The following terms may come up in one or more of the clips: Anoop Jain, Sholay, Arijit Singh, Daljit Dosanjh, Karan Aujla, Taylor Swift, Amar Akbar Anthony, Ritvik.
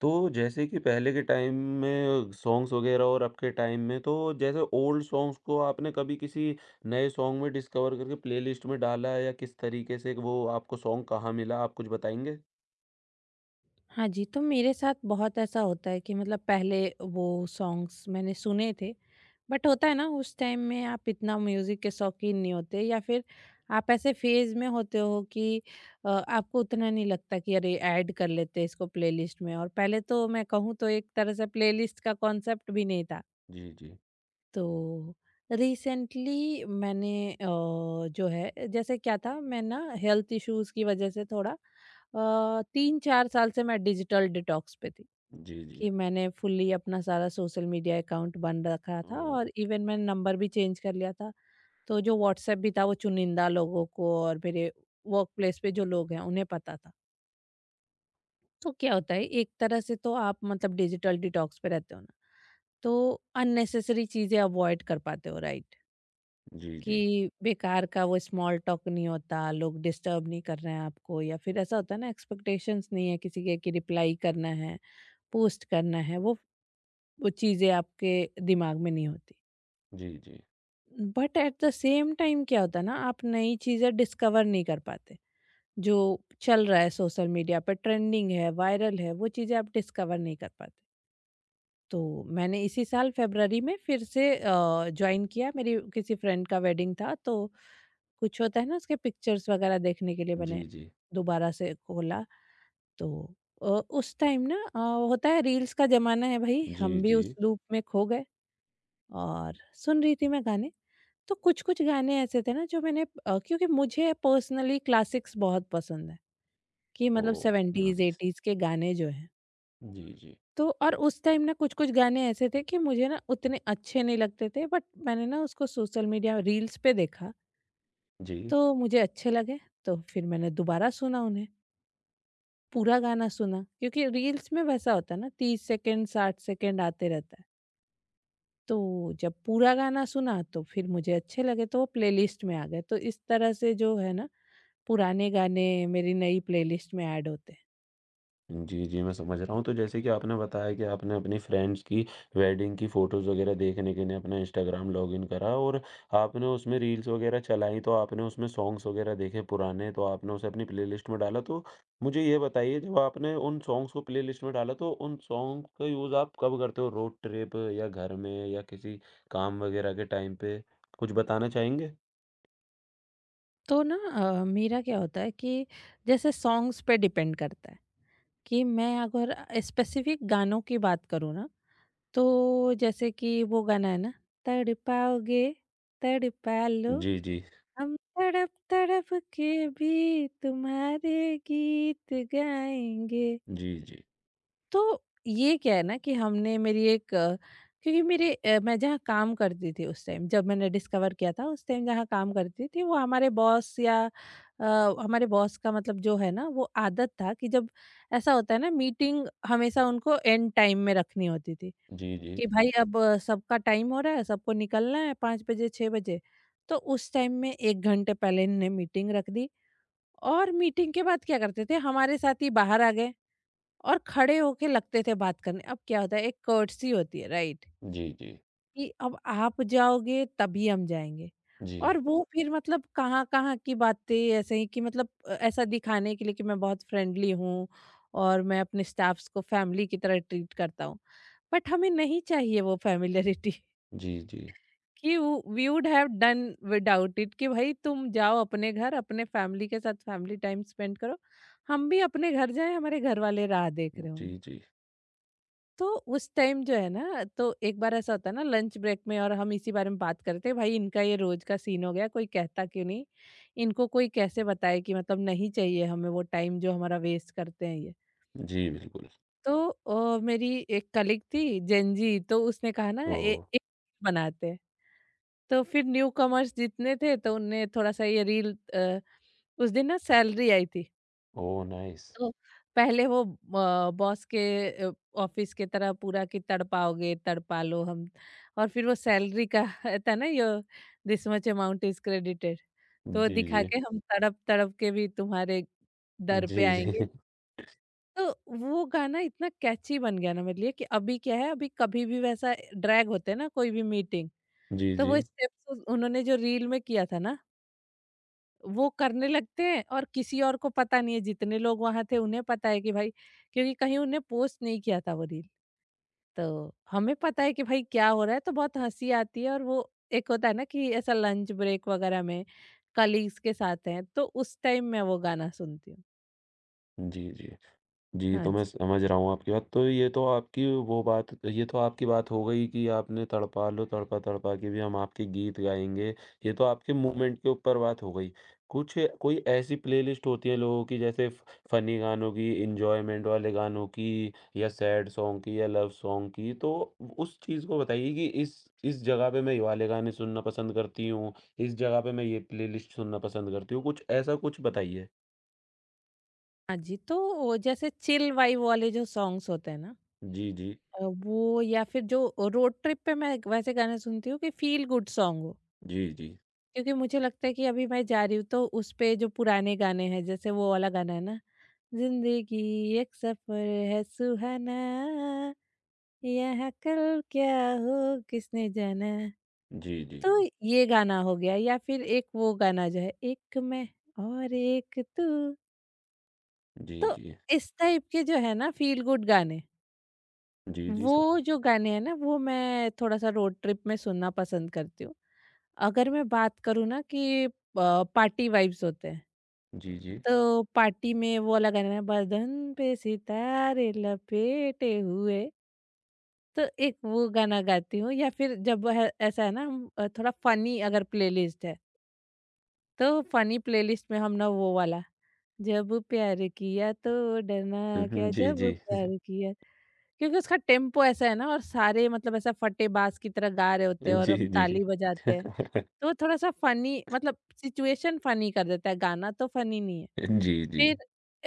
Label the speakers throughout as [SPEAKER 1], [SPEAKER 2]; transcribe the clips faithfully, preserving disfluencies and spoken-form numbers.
[SPEAKER 1] तो जैसे कि पहले के टाइम में सॉन्ग्स वगैरह और अब के टाइम में तो जैसे ओल्ड सॉन्ग्स को आपने कभी किसी नए सॉन्ग में डिस्कवर करके प्लेलिस्ट में डाला है या किस तरीके से वो आपको सॉन्ग कहाँ मिला आप कुछ बताएँगे?
[SPEAKER 2] हाँ जी, तो मेरे साथ बहुत ऐसा होता है कि मतलब पहले वो सॉन्ग्स मैंने सुने थे, बट होता है ना उस टाइम में आप इतना म्यूज़िक के शौकीन नहीं होते या फिर आप ऐसे फ़ेज़ में होते हो कि अ, आपको उतना नहीं लगता कि अरे ऐड कर लेते हैं इसको प्लेलिस्ट में। और पहले तो मैं कहूँ तो एक तरह से प्लेलिस्ट का कॉन्सेप्ट भी नहीं था।
[SPEAKER 1] जी, जी।
[SPEAKER 2] तो रिसेंटली मैंने अ, जो है जैसे क्या था मैं ना हेल्थ इश्यूज़ की वज़ह से थोड़ा अ, तीन चार साल से मैं डिजिटल डिटॉक्स पे थी।
[SPEAKER 1] जी, जी।
[SPEAKER 2] कि मैंने फुल्ली अपना सारा सोशल मीडिया अकाउंट बंद रखा था
[SPEAKER 1] ओह!
[SPEAKER 2] और इवन मैंने नंबर भी चेंज कर लिया था। तो जो व्हाट्सएप भी था वो चुनिंदा लोगों को, और मेरे वर्क प्लेस पे जो लोग हैं उन्हें पता था। तो क्या होता है, एक तरह से तो आप मतलब डिजिटल डिटॉक्स पे रहते हो ना, तो अननेसेसरी चीजें अवॉइड कर पाते हो, राइट?
[SPEAKER 1] जी, जी।
[SPEAKER 2] कि बेकार का वो स्मॉल टॉक नहीं होता, लोग डिस्टर्ब नहीं कर रहे हैं आपको, या फिर ऐसा होता है ना एक्सपेक्टेशंस नहीं है किसी के कि रिप्लाई करना है, पोस्ट करना है, वो वो चीज़ें आपके दिमाग में नहीं होती।
[SPEAKER 1] जी, जी।
[SPEAKER 2] But at the same time क्या होता है ना, आप नई चीज़ें डिस्कवर नहीं कर पाते। जो चल रहा है सोशल मीडिया पे, ट्रेंडिंग है, वायरल है, वो चीज़ें आप डिस्कवर नहीं कर पाते। तो मैंने इसी साल फ़रवरी में फिर से अ, जॉइन किया। मेरी किसी फ्रेंड का वेडिंग था तो कुछ होता है ना, उसके पिक्चर्स वगैरह देखने के लिए मैंने
[SPEAKER 1] जी, जी।
[SPEAKER 2] दोबारा से खोला। तो अ, उस टाइम ना अ, होता है रील्स का ज़माना है भई,
[SPEAKER 1] जी,
[SPEAKER 2] हम भी
[SPEAKER 1] जी।
[SPEAKER 2] उस लूप में खो गए। और सुन रही थी मैं गाने, तो कुछ-कुछ गाने ऐसे थे ना जो मैंने अ, क्योंकि मुझे पर्सनली क्लासिक्स बहुत पसंद है, कि मतलब
[SPEAKER 1] ओह!
[SPEAKER 2] Seventies
[SPEAKER 1] nice.
[SPEAKER 2] 80s के गाने जो हैं।
[SPEAKER 1] जी, जी।
[SPEAKER 2] तो और उस टाइम ना कुछ-कुछ गाने ऐसे थे कि मुझे ना उतने अच्छे नहीं लगते थे, बट मैंने ना उसको सोशल मीडिया रील्स पे देखा,
[SPEAKER 1] जी।
[SPEAKER 2] तो मुझे अच्छे लगे, तो फिर मैंने दोबारा सुना उन्हें, पूरा गाना सुना, क्योंकि रील्स में वैसा होता है ना तीस सेकंड साठ सेकंड आते रहता है। तो जब पूरा गाना सुना तो फिर मुझे अच्छे लगे, तो वो प्लेलिस्ट में आ गए। तो इस तरह से जो है ना पुराने गाने मेरी नई प्लेलिस्ट में ऐड होते हैं।
[SPEAKER 1] जी, जी, मैं समझ रहा हूँ। तो जैसे कि आपने बताया कि आपने अपनी फ्रेंड्स की वेडिंग की फ़ोटोज़ वगैरह देखने के लिए अपना इंस्टाग्राम लॉगिन करा और आपने उसमें रील्स वगैरह चलाई, तो आपने उसमें सॉन्ग्स वगैरह देखे पुराने, तो आपने उसे अपनी प्लेलिस्ट में डाला। तो मुझे ये बताइए, जब आपने उन सॉन्ग्स को प्लेलिस्ट में डाला, तो उन सॉन्ग का यूज़ आप कब करते हो? रोड ट्रिप या घर में या किसी काम वगैरह के टाइम पे? कुछ बताना चाहेंगे?
[SPEAKER 2] तो ना अ, मेरा क्या होता है कि जैसे सॉन्ग्स पे डिपेंड करता है, कि मैं अगर स्पेसिफिक गानों की बात करूँ ना, तो जैसे कि वो गाना है ना, तड़पाओगे तड़पा लो,
[SPEAKER 1] जी, जी।
[SPEAKER 2] हम तड़प तड़प के भी तुम्हारे गीत गाएंगे।
[SPEAKER 1] जी, जी।
[SPEAKER 2] तो ये क्या है ना, कि हमने मेरी एक अ, क्योंकि मेरे अ, मैं जहाँ काम करती थी उस टाइम जब मैंने डिस्कवर किया था, उस टाइम जहाँ काम करती थी वो हमारे बॉस या अ, हमारे बॉस का मतलब जो है ना वो आदत था कि, जब ऐसा होता है ना मीटिंग हमेशा उनको एंड टाइम में रखनी होती थी।
[SPEAKER 1] जी, जी।
[SPEAKER 2] कि भाई अब अ, सबका टाइम हो रहा है, सबको निकलना है, पाँच बजे छः बजे, तो उस टाइम में एक घंटे पहले इन्होंने मीटिंग रख दी। और मीटिंग के बाद क्या करते थे, हमारे साथ ही बाहर आ गए, और खड़े होके लगते थे बात करने। अब क्या होता है, एक कर्टसी होती है राइट?
[SPEAKER 1] जी, जी।
[SPEAKER 2] कि अब आप जाओगे तभी हम जाएँगे।
[SPEAKER 1] जी।
[SPEAKER 2] और वो फिर मतलब कहाँ-कहाँ की बातें, ऐसे ही कि मतलब अ, ऐसा दिखाने के लिए कि मैं बहुत फ्रेंडली हूँ, और मैं अपने स्टाफ्स को फैमिली की तरह ट्रीट करता हूँ। बट हमें नहीं चाहिए वो फ़ैमिलियरिटी।
[SPEAKER 1] जी, जी।
[SPEAKER 2] कि वो we would have done without it, कि भई तुम जाओ अपने घर, अपने फैमिली के साथ फैमिली टाइम स्पेंड करो। हम भी अपने घर जाएँ, हमारे घरवाले राह देख रहे
[SPEAKER 1] जी,
[SPEAKER 2] होंगे।
[SPEAKER 1] जी।
[SPEAKER 2] तो उस टाइम जो है ना, तो एक बार ऐसा होता है ना लंच ब्रेक में, और हम इसी बारे में बात करते हैं, भाई इनका ये रोज का सीन हो गया, कोई कहता क्यों नहीं इनको, कोई कैसे बताए कि मतलब नहीं चाहिए हमें, वो टाइम जो हमारा वेस्ट करते हैं ये।
[SPEAKER 1] जी, बिल्कुल।
[SPEAKER 2] तो अ, मेरी एक कलीग थी जेंजी, तो उसने कहा ना, ए,
[SPEAKER 1] ओह!
[SPEAKER 2] एक बनाते हैं। तो फिर न्यू कमर्स जितने थे तो उनने थोड़ा सा ये रील, उस दिन ना सैलरी आई थी।
[SPEAKER 1] Oh, nice!
[SPEAKER 2] तो पहले वो अ, बॉस के अ, ऑफिस के तरह पूरा, कि तड़पाओगे तड़पा लो हम, और फिर वो सैलरी का रहता है ना yo, this much amount is credited, तो
[SPEAKER 1] जी,
[SPEAKER 2] दिखा
[SPEAKER 1] जी।
[SPEAKER 2] के, हम तड़प तड़प के भी तुम्हारे दर पे
[SPEAKER 1] जी,
[SPEAKER 2] आएंगे।
[SPEAKER 1] जी।
[SPEAKER 2] तो वो गाना इतना कैची बन गया ना मेरे लिए, कि अभी क्या है, अभी कभी भी वैसा ड्रैग होते हैं ना कोई भी मीटिंग,
[SPEAKER 1] जी,
[SPEAKER 2] तो वो
[SPEAKER 1] जी।
[SPEAKER 2] स्टेप्स उन्होंने जो रील में किया था ना वो करने लगते हैं, और किसी और को पता नहीं है, जितने लोग वहां थे उन्हें पता है कि भाई, क्योंकि कहीं उन्हें पोस्ट नहीं किया था वो रील। तो हमें पता है कि भाई क्या हो रहा है, तो बहुत हंसी आती है। और वो एक होता है ना कि ऐसा लंच ब्रेक वगैरह में कलीग्स के साथ हैं, तो उस टाइम मैं वो गाना सुनती हूँ।
[SPEAKER 1] जी, जी। जी,
[SPEAKER 2] हाँ
[SPEAKER 1] तो मैं
[SPEAKER 2] जी।
[SPEAKER 1] समझ रहा हूँ आपकी बात। तो ये तो आपकी वो बात ये तो आपकी बात हो गई कि आपने तड़पा लो, तड़पा तड़पा के भी हम आपके गीत गाएँगे। ये तो आपके मूवमेंट के ऊपर बात हो गई। कुछ कोई ऐसी प्लेलिस्ट होती है लोगों की जैसे फ फ़नी गानों की, एन्जॉयमेंट वाले गानों की या सैड सॉन्ग की या लव सॉन्ग की। तो उस चीज़ को बताइए कि इस इस जगह पे मैं ये वाले गाने सुनना पसंद करती हूँ, इस जगह पे मैं ये प्लेलिस्ट सुनना पसंद करती हूँ। कुछ ऐसा कुछ बताइए।
[SPEAKER 2] हाँ जी, तो वो जैसे चिल वाइब वाले जो सॉन्ग्स होते हैं ना,
[SPEAKER 1] जी, जी।
[SPEAKER 2] अ, वो, या फिर जो रोड ट्रिप पे मैं वैसे गाने सुनती हूँ कि फील गुड सॉन्ग हो।
[SPEAKER 1] जी, जी।
[SPEAKER 2] क्योंकि मुझे लगता है कि अभी मैं जा रही हूँ, तो उस पे जो पुराने गाने हैं, जैसे वो वाला गाना है ना, जिंदगी एक सफर है सुहाना, यहाँ कल क्या हो किसने जाना।
[SPEAKER 1] जी, जी।
[SPEAKER 2] तो ये गाना हो गया, या फिर एक वो गाना जो है, एक मैं और एक तू।
[SPEAKER 1] जी,
[SPEAKER 2] तो
[SPEAKER 1] जी।
[SPEAKER 2] इस टाइप के जो है ना फील गुड गाने,
[SPEAKER 1] जी, जी,
[SPEAKER 2] वो
[SPEAKER 1] सब
[SPEAKER 2] जो गाने हैं ना वो मैं थोड़ा-सा रोड ट्रिप में सुनना पसंद करती हूँ। अगर मैं बात करूँ ना कि अ, पार्टी वाइब्स होते हैं।
[SPEAKER 1] जी, जी।
[SPEAKER 2] तो पार्टी में वो वाला गाना है, बदन पे सितारे लपेटे हुए, तो एक वो गाना गाती हूँ। या फिर जब है ऐसा है ना, हम अ, थोड़ा फनी अगर प्लेलिस्ट है, तो फनी प्लेलिस्ट में हम ना वो वाला, जब प्यार किया तो
[SPEAKER 1] हुँ,
[SPEAKER 2] डरना
[SPEAKER 1] हुँ,
[SPEAKER 2] क्या,
[SPEAKER 1] जी,
[SPEAKER 2] जब
[SPEAKER 1] जी।
[SPEAKER 2] प्यार किया, क्योंकि उसका टेम्पो ऐसा है ना, और सारे मतलब ऐसा फटे बाज की तरह गा रहे होते हैं और हम
[SPEAKER 1] जी, जी।
[SPEAKER 2] ताली बजाते हैं। तो वो थोड़ा सा फनी, मतलब सिचुएशन फनी कर देता है, गाना तो फनी नहीं है।
[SPEAKER 1] जी, जी।
[SPEAKER 2] फिर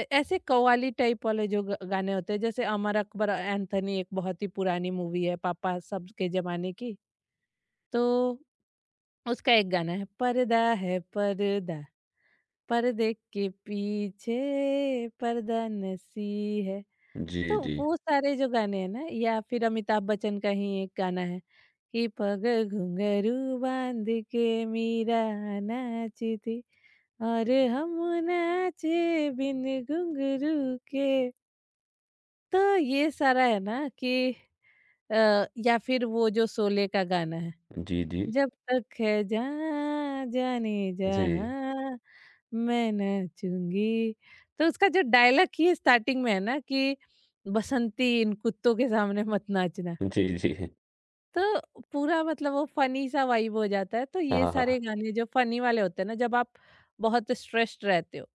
[SPEAKER 2] ए- ऐसे कव्वाली टाइप वाले जो ग- गाने होते हैं, जैसे अमर अकबर एंथनी एक बहुत ही पुरानी मूवी है, पापा सब के जमाने की, तो उसका एक गाना है, पर्दा है पर्दा, पर्दे के पीछे पर्दा नसी है।
[SPEAKER 1] जी,
[SPEAKER 2] तो
[SPEAKER 1] जी।
[SPEAKER 2] वो सारे जो गाने हैं ना, या फिर अमिताभ बच्चन का ही एक गाना है, कि पग घुंघरू बांध के मीरा नाची थी, और हम नाचे बिन घुंघरू के। तो ये सारा है ना कि अ, या फिर वो जो शोले का गाना है,
[SPEAKER 1] जी, जी।
[SPEAKER 2] जब तक है जहाँ जाने
[SPEAKER 1] जी।
[SPEAKER 2] जहाँ मैं नाचूंगी। तो उसका जो डायलॉग ही स्टार्टिंग में है ना कि, बसंती इन कुत्तों के सामने मत नाचना,
[SPEAKER 1] जी, जी।
[SPEAKER 2] तो पूरा मतलब वो फनी सा वाइब हो जाता है। तो ये
[SPEAKER 1] हाँ, हाँ।
[SPEAKER 2] सारे गाने जो फनी वाले होते हैं ना, जब आप बहुत स्ट्रेस्ड रहते हो,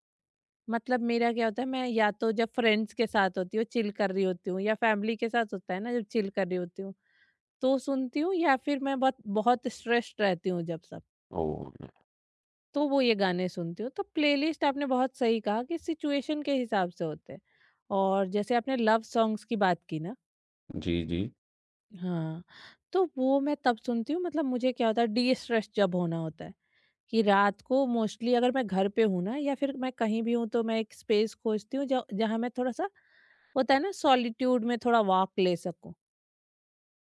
[SPEAKER 2] मतलब मेरा क्या होता है, मैं या तो जब फ्रेंड्स के साथ होती हूँ चिल कर रही होती हूँ, या फैमिली के साथ होता है ना जब चिल कर रही होती हूँ तो सुनती हूँ, या फिर मैं बहुत बहुत स्ट्रेस्ड रहती हूँ जब सब,
[SPEAKER 1] ओह!
[SPEAKER 2] तो वो ये गाने सुनती हूँ। तो प्लेलिस्ट आपने बहुत सही कहा कि सिचुएशन के हिसाब से होते हैं। और जैसे आपने लव सॉन्ग्स की बात की ना,
[SPEAKER 1] जी, जी।
[SPEAKER 2] हाँ, तो वो मैं तब सुनती हूँ, मतलब मुझे क्या होता है डी-स्ट्रेस जब होना होता है, कि रात को मोस्टली अगर मैं घर पे हूँ ना, या फिर मैं कहीं भी हूँ, तो मैं एक स्पेस खोजती हूँ ज जहाँ मैं थोड़ा-सा होता है ना सॉलिट्यूड में थोड़ा वॉक ले सकूँ।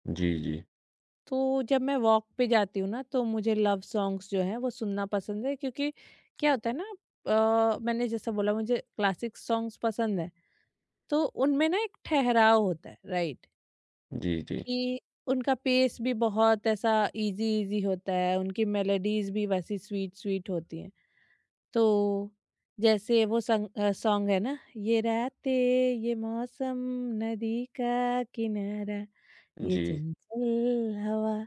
[SPEAKER 1] जी, जी।
[SPEAKER 2] तो जब मैं वॉक पे जाती हूँ ना तो मुझे लव सॉन्ग्स जो हैं वो सुनना पसंद है। क्योंकि क्या होता है ना, अ, मैंने जैसा बोला मुझे क्लासिक सॉन्ग्स पसंद है, तो उनमें ना एक ठहराव होता है, राइट?
[SPEAKER 1] जी, जी।
[SPEAKER 2] कि उनका पेस भी बहुत ऐसा इजी इजी होता है, उनकी मेलोडीज भी वैसी स्वीट स्वीट होती हैं। तो जैसे वो सॉन्ग है ना, ये रातें ये मौसम नदी का किनारा ये
[SPEAKER 1] जी।
[SPEAKER 2] चंचल हवा,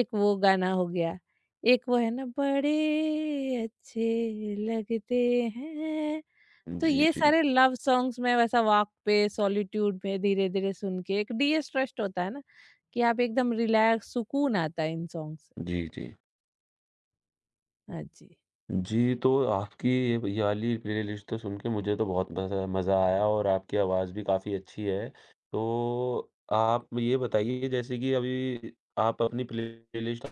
[SPEAKER 2] एक वो गाना हो गया, एक वो है ना बड़े अच्छे लगते हैं। तो
[SPEAKER 1] जी,
[SPEAKER 2] ये
[SPEAKER 1] जी।
[SPEAKER 2] सारे लव सॉन्ग्स मैं वैसा वॉक पे, सॉलिट्यूड में धीरे-धीरे सुन के, एक डी-स्ट्रेस्ड होता है ना, कि आप एकदम रिलैक्स, सुकून आता है इन सॉन्ग से।
[SPEAKER 1] जी, जी।
[SPEAKER 2] हाँ जी।
[SPEAKER 1] जी, तो आपकी ये ये वाली प्लेलिस्ट तो सुन के मुझे तो बहुत मज़ा मज़ा आया और आपकी आवाज़ भी काफ़ी अच्छी है। तो आप ये बताइए जैसे कि अभी आप अपनी प्लेलिस्ट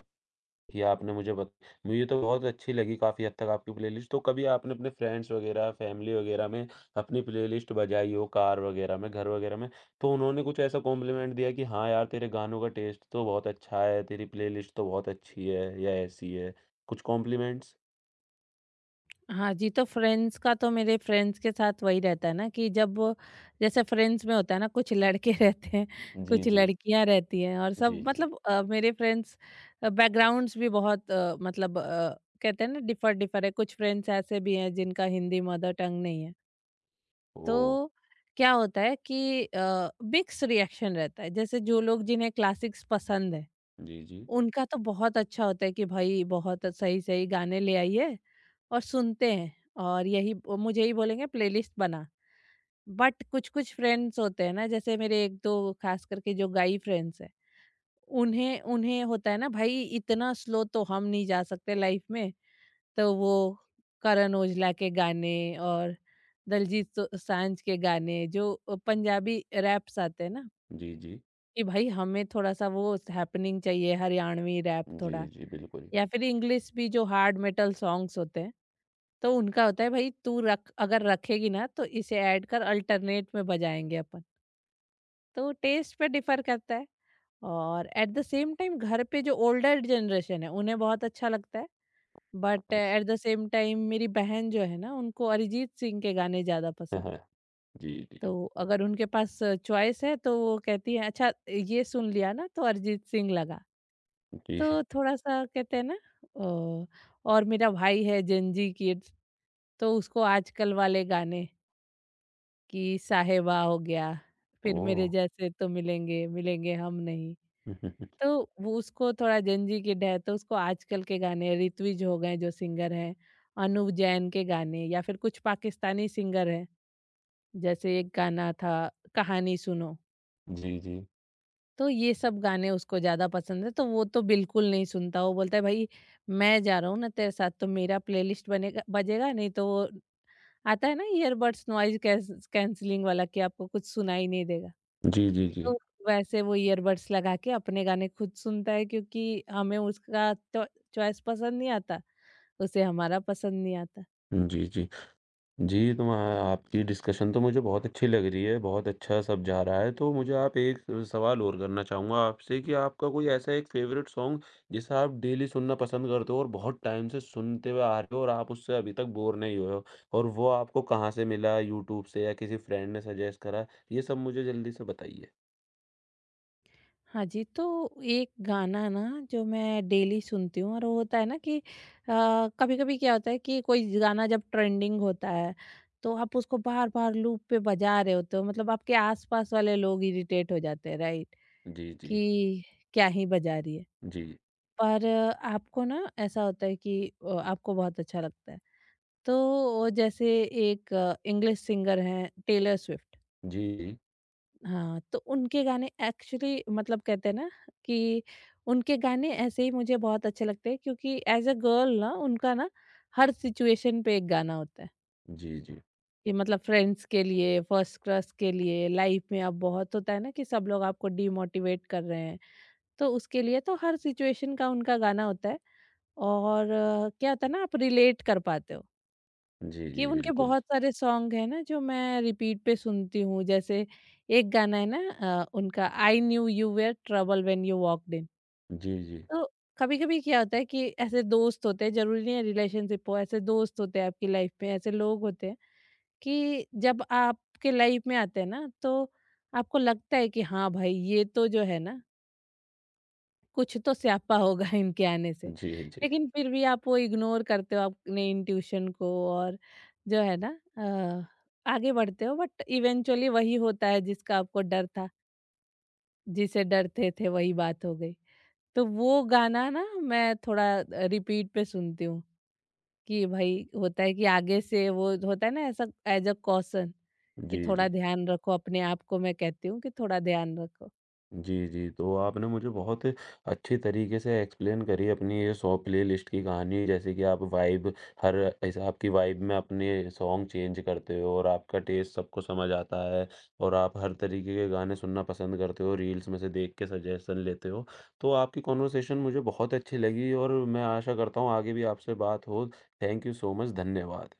[SPEAKER 1] कि आपने मुझे बत मुझे तो बहुत अच्छी लगी काफ़ी हद तक आपकी प्लेलिस्ट। तो कभी आपने अपने फ्रेंड्स वग़ैरह, फैमिली वग़ैरह में अपनी प्लेलिस्ट बजाई हो कार वग़ैरह में, घर वग़ैरह में, तो उन्होंने कुछ ऐसा कॉम्प्लीमेंट दिया कि हाँ यार, तेरे गानों का टेस्ट तो बहुत अच्छा है, तेरी प्लेलिस्ट तो बहुत अच्छी है या ऐसी है? कुछ कॉम्प्लीमेंट्स?
[SPEAKER 2] हाँ जी, तो फ्रेंड्स का तो मेरे फ्रेंड्स के साथ वही रहता है ना कि जब वो- जैसे फ्रेंड्स में होता है ना कुछ लड़के रहते हैं,
[SPEAKER 1] जी,
[SPEAKER 2] कुछ
[SPEAKER 1] जी।
[SPEAKER 2] लड़कियां रहती हैं, और
[SPEAKER 1] जी,
[SPEAKER 2] सब
[SPEAKER 1] जी।
[SPEAKER 2] मतलब अ, मेरे फ्रेंड्स अ, बैकग्राउंड्स भी बहुत अ, मतलब अ, कहते हैं ना, डिफर डिफर है। कुछ फ्रेंड्स ऐसे भी हैं जिनका हिंदी मदर टंग नहीं है। तो
[SPEAKER 1] ओह!
[SPEAKER 2] क्या होता है कि अ, मिक्स रिएक्शन रहता है। जैसे जो लोग जिन्हें क्लासिक्स पसंद है,
[SPEAKER 1] जी, जी।
[SPEAKER 2] उनका तो बहुत अच्छा होता है कि भाई, बहुत सही-सही गाने ले आई है और सुनते हैं। और यही, वो मुझे ही बोलेंगे प्लेलिस्ट बना। बट कुछ कुछ फ्रेंड्स होते हैं ना, जैसे मेरे एक दो, खास करके जो गाई फ्रेंड्स हैं, उन्हें उन्हें होता है ना, भाई इतना स्लो तो हम नहीं जा सकते लाइफ में। तो वो करण ओजला के गाने और दलजीत सो- सांझ के गाने, जो पंजाबी रैप्स आते हैं ना,
[SPEAKER 1] जी, जी।
[SPEAKER 2] कि भाई हमें थोड़ा सा वो हैपनिंग चाहिए, हरियाणवी रैप
[SPEAKER 1] जी,
[SPEAKER 2] थोड़ा,
[SPEAKER 1] जी, बिल्कुल।
[SPEAKER 2] या फिर इंग्लिश भी जो हार्ड मेटल सॉन्ग्स होते हैं। तो उनका होता है, भाई तू रख, अगर रखेगी ना तो इसे ऐड कर, अल्टरनेट में बजाएंगे अपन। तो टेस्ट पे डिफर करता है। और एट द सेम टाइम, घर पे जो ओल्डर जनरेशन है उन्हें बहुत अच्छा लगता है। But
[SPEAKER 1] nice.
[SPEAKER 2] At the same time, मेरी बहन जो है ना, उनको अरिजीत सिंह के गाने ज़्यादा पसंद है।
[SPEAKER 1] जी, जी।
[SPEAKER 2] तो अगर उनके पास चॉइस है तो वो कहती है, अच्छा ये सुन लिया ना, तो अरिजीत सिंह लगा।
[SPEAKER 1] जी।
[SPEAKER 2] तो थोड़ा-सा कहते हैं ना। अ, और मेरा भाई है जेनजी किड्स, तो उसको आजकल वाले गाने, कि साहेबा हो गया, फिर
[SPEAKER 1] ओह!
[SPEAKER 2] मेरे जैसे तो मिलेंगे, मिलेंगे हम नहीं। तो वो, उसको थोड़ा जेनजी किड है, तो उसको आजकल के गाने, ऋत्विज हो गए जो सिंगर हैं, अनूप जैन के गाने, या फिर कुछ पाकिस्तानी सिंगर हैं, जैसे एक गाना था, कहानी सुनो।
[SPEAKER 1] जी, जी।
[SPEAKER 2] तो ये सब गाने उसको ज़्यादा पसंद है, तो वो तो बिल्कुल नहीं सुनता। वो बोलता है, भाई मैं जा रहा हूँ ना तेरे साथ, तो मेरा प्लेलिस्ट बनेगा, बजेगा नहीं। तो वो आता है ना ईयरबड्स, नॉइज़ कैस कैंसलिंग वाला, कि आपको कुछ सुनाई नहीं देगा।
[SPEAKER 1] जी, जी, जी।
[SPEAKER 2] तो वैसे वो ईयरबड्स लगा के अपने गाने खुद सुनता है, क्योंकि हमें उसका चॉ चॉइस पसंद नहीं आता, उसे हमारा पसंद नहीं आता।
[SPEAKER 1] जी, जी। जी, तो वहाँ आपकी डिस्कशन तो मुझे बहुत अच्छी लग रही है, बहुत अच्छा सब जा रहा है। तो मुझे आप एक सवाल और करना चाहूँगा आपसे कि आपका कोई ऐसा एक फ़ेवरेट सॉन्ग जिसे आप डेली सुनना पसंद करते हो और बहुत टाइम से सुनते हुए आ रहे हो और आप उससे अभी तक बोर नहीं हुए हो और वो आपको कहाँ से मिला, यूट्यूब से या किसी फ्रेंड ने सजेस्ट करा? ये सब मुझे जल्दी से बताइए।
[SPEAKER 2] हाँ जी, तो एक गाना ना, जो मैं डेली सुनती हूँ। और वो होता है ना कि अ, कभी-कभी क्या होता है कि कोई गाना जब ट्रेंडिंग होता है, तो आप उसको बार-बार लूप पे बजा रहे होते हो, मतलब आपके आस-पास वाले लोग इरिटेट हो जाते हैं, राइट?
[SPEAKER 1] जी, जी।
[SPEAKER 2] कि क्या ही बजा रही है।
[SPEAKER 1] जी।
[SPEAKER 2] पर अ, आपको ना ऐसा होता है कि अ, आपको बहुत अच्छा लगता है। तो जैसे एक इंग्लिश सिंगर हैं, टेलर स्विफ्ट।
[SPEAKER 1] जी, जी।
[SPEAKER 2] हाँ, तो उनके गाने एक्चुअली, मतलब कहते हैं ना, कि उनके गाने ऐसे ही मुझे बहुत अच्छे लगते हैं, क्योंकि एज अ गर्ल ना, उनका ना हर सिचुएशन पे एक गाना होता है।
[SPEAKER 1] जी, जी।
[SPEAKER 2] कि मतलब फ्रेंड्स के लिए, फर्स्ट क्रश के लिए, लाइफ में अब बहुत होता है ना कि सब लोग आपको डीमोटिवेट कर रहे हैं, तो उसके लिए, तो हर सिचुएशन का उनका गाना होता है। और अ, क्या होता है ना, आप रिलेट कर पाते हो
[SPEAKER 1] जी,
[SPEAKER 2] कि
[SPEAKER 1] जी,
[SPEAKER 2] उनके
[SPEAKER 1] बिल्कुल।
[SPEAKER 2] बहुत सारे सॉन्ग हैं ना जो मैं रिपीट पे सुनती हूँ। जैसे एक गाना है ना, अ, उनका, I knew you were trouble when you walked in.
[SPEAKER 1] जी, जी।
[SPEAKER 2] तो कभी-कभी क्या होता है कि ऐसे दोस्त होते हैं, ज़रूरी नहीं है रिलेशनशिप हो, ऐसे दोस्त होते हैं आपकी लाइफ में, ऐसे लोग होते हैं कि जब आपके लाइफ में आते हैं ना, तो आपको लगता है कि हाँ भाई, ये तो जो है ना, कुछ तो स्यापा होगा इनके आने से।
[SPEAKER 1] जी, जी।
[SPEAKER 2] लेकिन फिर भी आप वो इग्नोर करते हो अपने इंट्यूशन को और जो है ना, अ, आगे बढ़ते हो। बट इवेंचुअली वही होता है जिसका आपको डर था, जिसे डरते थे वही बात हो गई। तो वो गाना ना मैं थोड़ा अ, रिपीट पे सुनती हूँ, कि भाई होता है कि आगे से वो होता है ना ऐसा, एज़ अ कॉशन, कि
[SPEAKER 1] जी,
[SPEAKER 2] थोड़ा
[SPEAKER 1] जी।
[SPEAKER 2] ध्यान रखो अपने आप को, मैं कहती हूँ कि थोड़ा ध्यान रखो।
[SPEAKER 1] जी, जी। तो आपने मुझे बहुत अच्छी तरीके से एक्सप्लेन करी अपनी ये सॉ प्लेलिस्ट की कहानी जैसे कि आप वाइब हर हिसाब की वाइब में अपने सॉन्ग चेंज करते हो और आपका टेस्ट सबको समझ आता है और आप हर तरीके के गाने सुनना पसंद करते हो, रील्स में से देख के सजेशन लेते हो। तो आपकी कन्वर्सेशन मुझे बहुत अच्छी लगी और मैं आशा करता हूँ आगे भी आपसे बात हो। थैंक यू सो मच, धन्यवाद।